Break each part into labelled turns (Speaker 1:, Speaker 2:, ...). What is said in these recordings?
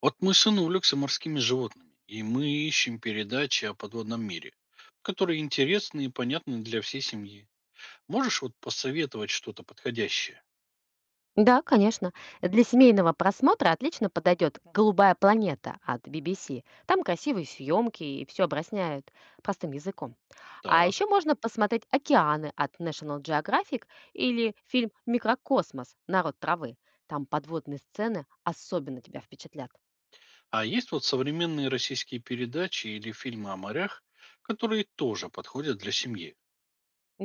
Speaker 1: Вот мой сын увлекся морскими животными, и мы ищем передачи о подводном мире, которые интересны и понятны для всей семьи. Можешь вот посоветовать что-то подходящее?
Speaker 2: Да, конечно. Для семейного просмотра отлично подойдет «Голубая планета» от BBC. Там красивые съемки и все объясняют простым языком. А
Speaker 1: Так.
Speaker 2: еще можно посмотреть «Океаны» от National Geographic или фильм «Микрокосмос. Народ травы». Там подводные сцены особенно тебя впечатлят.
Speaker 1: А есть вот современные российские передачи или фильмы о морях, которые тоже подходят для семьи?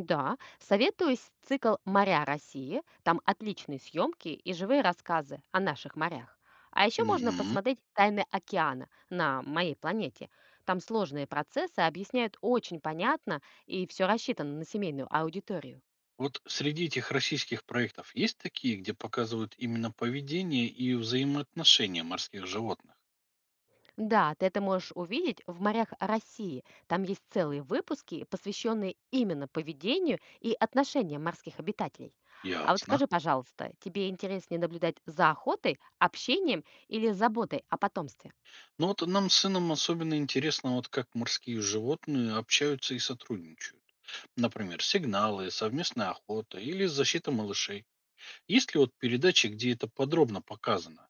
Speaker 2: Да, советую цикл «Моря России». Там отличные съемки и живые рассказы о наших морях. А еще можно
Speaker 1: Мгм.
Speaker 2: посмотреть «Тайны океана» на моей планете. Там сложные процессы объясняют очень понятно и все рассчитано на семейную аудиторию.
Speaker 1: Вот среди этих российских проектов есть такие, где показывают именно поведение и взаимоотношения морских животных?
Speaker 2: Да, ты это можешь увидеть в «Морях России». Там есть целые выпуски, посвященные именно поведению и отношениям морских обитателей. А вот
Speaker 1: Ясно.
Speaker 2: скажи, пожалуйста, тебе интереснее наблюдать за охотой, общением или заботой о потомстве?
Speaker 1: Ну вот нам с сыном особенно интересно, вот как морские животные общаются и сотрудничают. Например, сигналы, совместная охота или защита малышей. Есть ли вот передачи, где это подробно показано?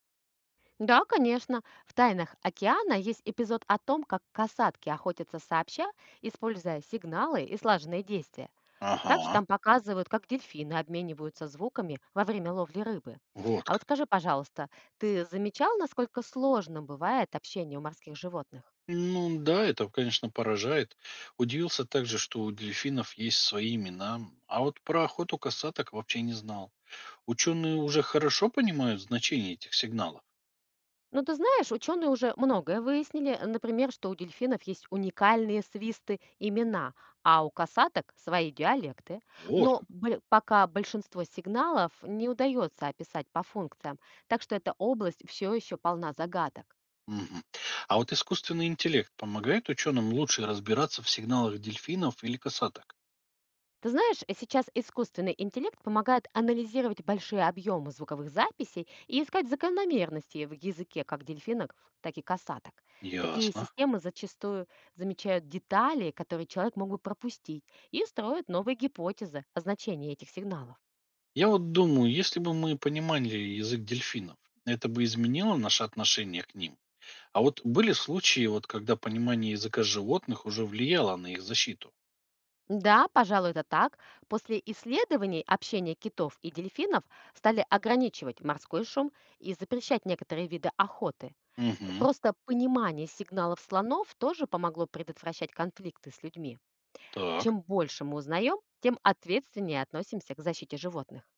Speaker 2: Да, конечно. В «Тайнах океана» есть эпизод о том, как касатки охотятся сообща, используя сигналы и слаженные действия. Также
Speaker 1: Ага,
Speaker 2: там показывают, как дельфины обмениваются звуками во время ловли рыбы.
Speaker 1: вот
Speaker 2: А вот
Speaker 1: как.
Speaker 2: скажи, пожалуйста, ты замечал, насколько сложно бывает общение у морских животных?
Speaker 1: Ну да, это, конечно, поражает. Удивился также, что у дельфинов есть свои имена, а вот про охоту косаток вообще не знал. Ученые уже хорошо понимают значение этих сигналов.
Speaker 2: Ну, ты знаешь, ученые уже многое выяснили. Например, что у дельфинов есть уникальные свисты имена, а у касаток свои диалекты.
Speaker 1: Вот как.
Speaker 2: Пока большинство сигналов не удается описать по функциям, так что эта область все еще полна загадок.
Speaker 1: Мгм. А вот искусственный интеллект помогает ученым лучше разбираться в сигналах дельфинов или косаток?
Speaker 2: Ты знаешь, сейчас искусственный интеллект помогает анализировать большие объемы звуковых записей и искать закономерности в языке как дельфинок, так и косаток. Такие
Speaker 1: Ясно.
Speaker 2: системы зачастую замечают детали, которые человек мог бы пропустить, и строят новые гипотезы о значении этих сигналов.
Speaker 1: Я вот думаю, если бы мы понимали язык дельфинов, это бы изменило наше отношение к ним. А вот были случаи, вот когда понимание языка животных уже влияло на их защиту.
Speaker 2: Да, пожалуй, это так. После исследований общения китов и дельфинов стали ограничивать морской шум и запрещать некоторые виды охоты.
Speaker 1: Угу.
Speaker 2: Просто понимание сигналов слонов тоже помогло предотвращать конфликты с людьми.
Speaker 1: Так.
Speaker 2: Чем больше мы узнаем, тем ответственнее относимся к защите животных.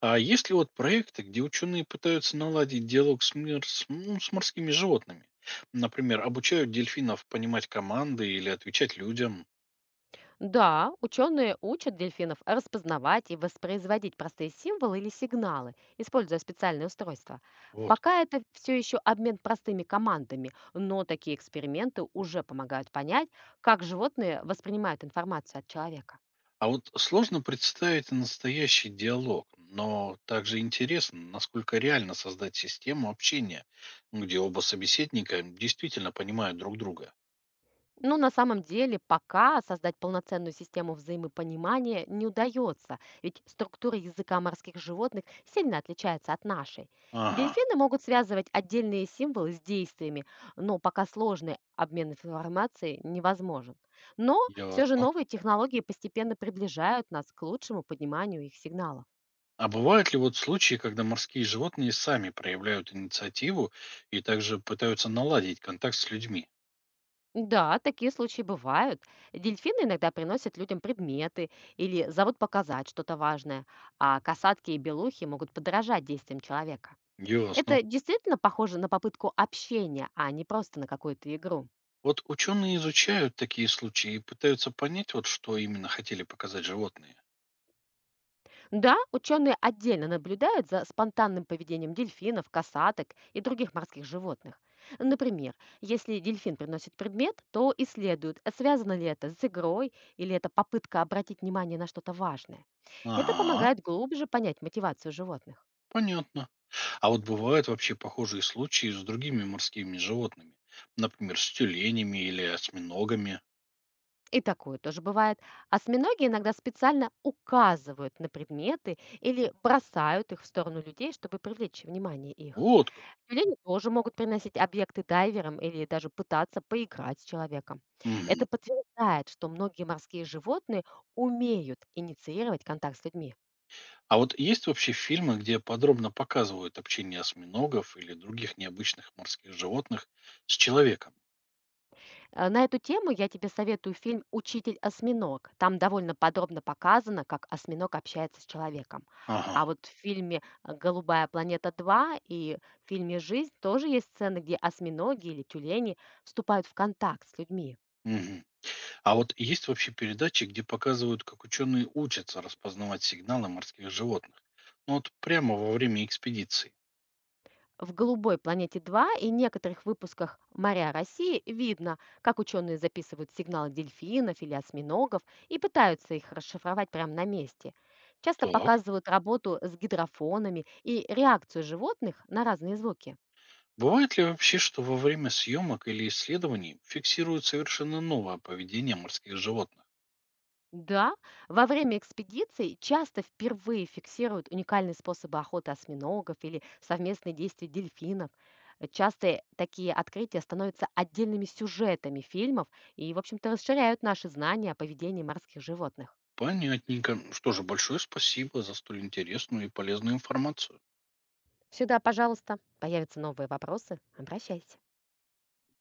Speaker 1: А есть ли вот проекты, где ученые пытаются наладить диалог с, мир- с м, с морскими животными? Например, обучают дельфинов понимать команды или отвечать людям?
Speaker 2: Да, ученые учат дельфинов распознавать и воспроизводить простые символы или сигналы, используя специальные устройства.
Speaker 1: Вот.
Speaker 2: Пока это все еще обмен простыми командами, но такие эксперименты уже помогают понять, как животные воспринимают информацию от человека.
Speaker 1: А вот сложно представить настоящий диалог, но также интересно, насколько реально создать систему общения, ну, где оба собеседника действительно понимают друг друга.
Speaker 2: Ну, на самом деле, пока создать полноценную систему взаимопонимания не удается, ведь структура языка морских животных сильно отличается от нашей.
Speaker 1: Ага,
Speaker 2: Дельфины могут связывать отдельные символы с действиями, но пока сложный обмен информацией невозможен. Но все же
Speaker 1: ясно.
Speaker 2: новые технологии постепенно приближают нас к лучшему пониманию их сигналов.
Speaker 1: А бывают ли вот случаи, когда морские животные сами проявляют инициативу и также пытаются наладить контакт с людьми?
Speaker 2: Да, такие случаи бывают. Дельфины иногда приносят людям предметы или зовут показать что-то важное, а касатки и белухи могут подражать действиям человека.
Speaker 1: Ясно.
Speaker 2: Это действительно похоже на попытку общения, а не просто на какую-то игру.
Speaker 1: Вот ученые изучают такие случаи и пытаются понять, вот что именно хотели показать животные.
Speaker 2: Да, ученые отдельно наблюдают за спонтанным поведением дельфинов, касаток и других морских животных. Например, если дельфин приносит предмет, то исследуют, а связано ли это с игрой или это попытка обратить внимание на что-то важное. Это
Speaker 1: Ага,
Speaker 2: помогает глубже понять мотивацию животных.
Speaker 1: понятно. А вот бывают вообще похожие случаи с другими морскими животными. Например, с тюленями или осьминогами.
Speaker 2: И такое тоже бывает. А осьминоги иногда специально указывают на предметы или бросают их в сторону людей, чтобы привлечь внимание их.
Speaker 1: Вот как.
Speaker 2: Тюлени тоже могут приносить объекты дайверам или даже пытаться поиграть с человеком.
Speaker 1: Мгм.
Speaker 2: Это подтверждает, что многие морские животные умеют инициировать контакт с людьми.
Speaker 1: А вот есть вообще фильмы, где подробно показывают общение осьминогов или других необычных морских животных с человеком?
Speaker 2: На эту тему я тебе советую фильм «Учитель осьминог». Там довольно подробно показано, как осьминог общается с человеком.
Speaker 1: Ага.
Speaker 2: А вот в фильме «Голубая планета 2» и в фильме «Жизнь» тоже есть сцены, где осьминоги или тюлени вступают в контакт с людьми.
Speaker 1: Мгм. А вот есть вообще передачи, где показывают, как ученые учатся распознавать сигналы морских животных? Ну вот прямо во время экспедиции.
Speaker 2: В «Голубой планете 2 и некоторых выпусках «Моря России» видно, как ученые записывают сигналы дельфинов или осьминогов и пытаются их расшифровать прямо на месте. Часто
Speaker 1: Так.
Speaker 2: показывают работу с гидрофонами и реакцию животных на разные звуки.
Speaker 1: Бывает ли вообще, что во время съемок или исследований фиксируют совершенно новое поведение морских животных?
Speaker 2: Да, во время экспедиций часто впервые фиксируют уникальные способы охоты осьминогов или совместные действия дельфинов. Часто такие открытия становятся отдельными сюжетами фильмов и, в общем-то, расширяют наши знания о поведении морских животных.
Speaker 1: Понятненько. Что же, большое спасибо за столь интересную и полезную информацию.
Speaker 2: Всегда, пожалуйста, появятся новые вопросы, обращайся.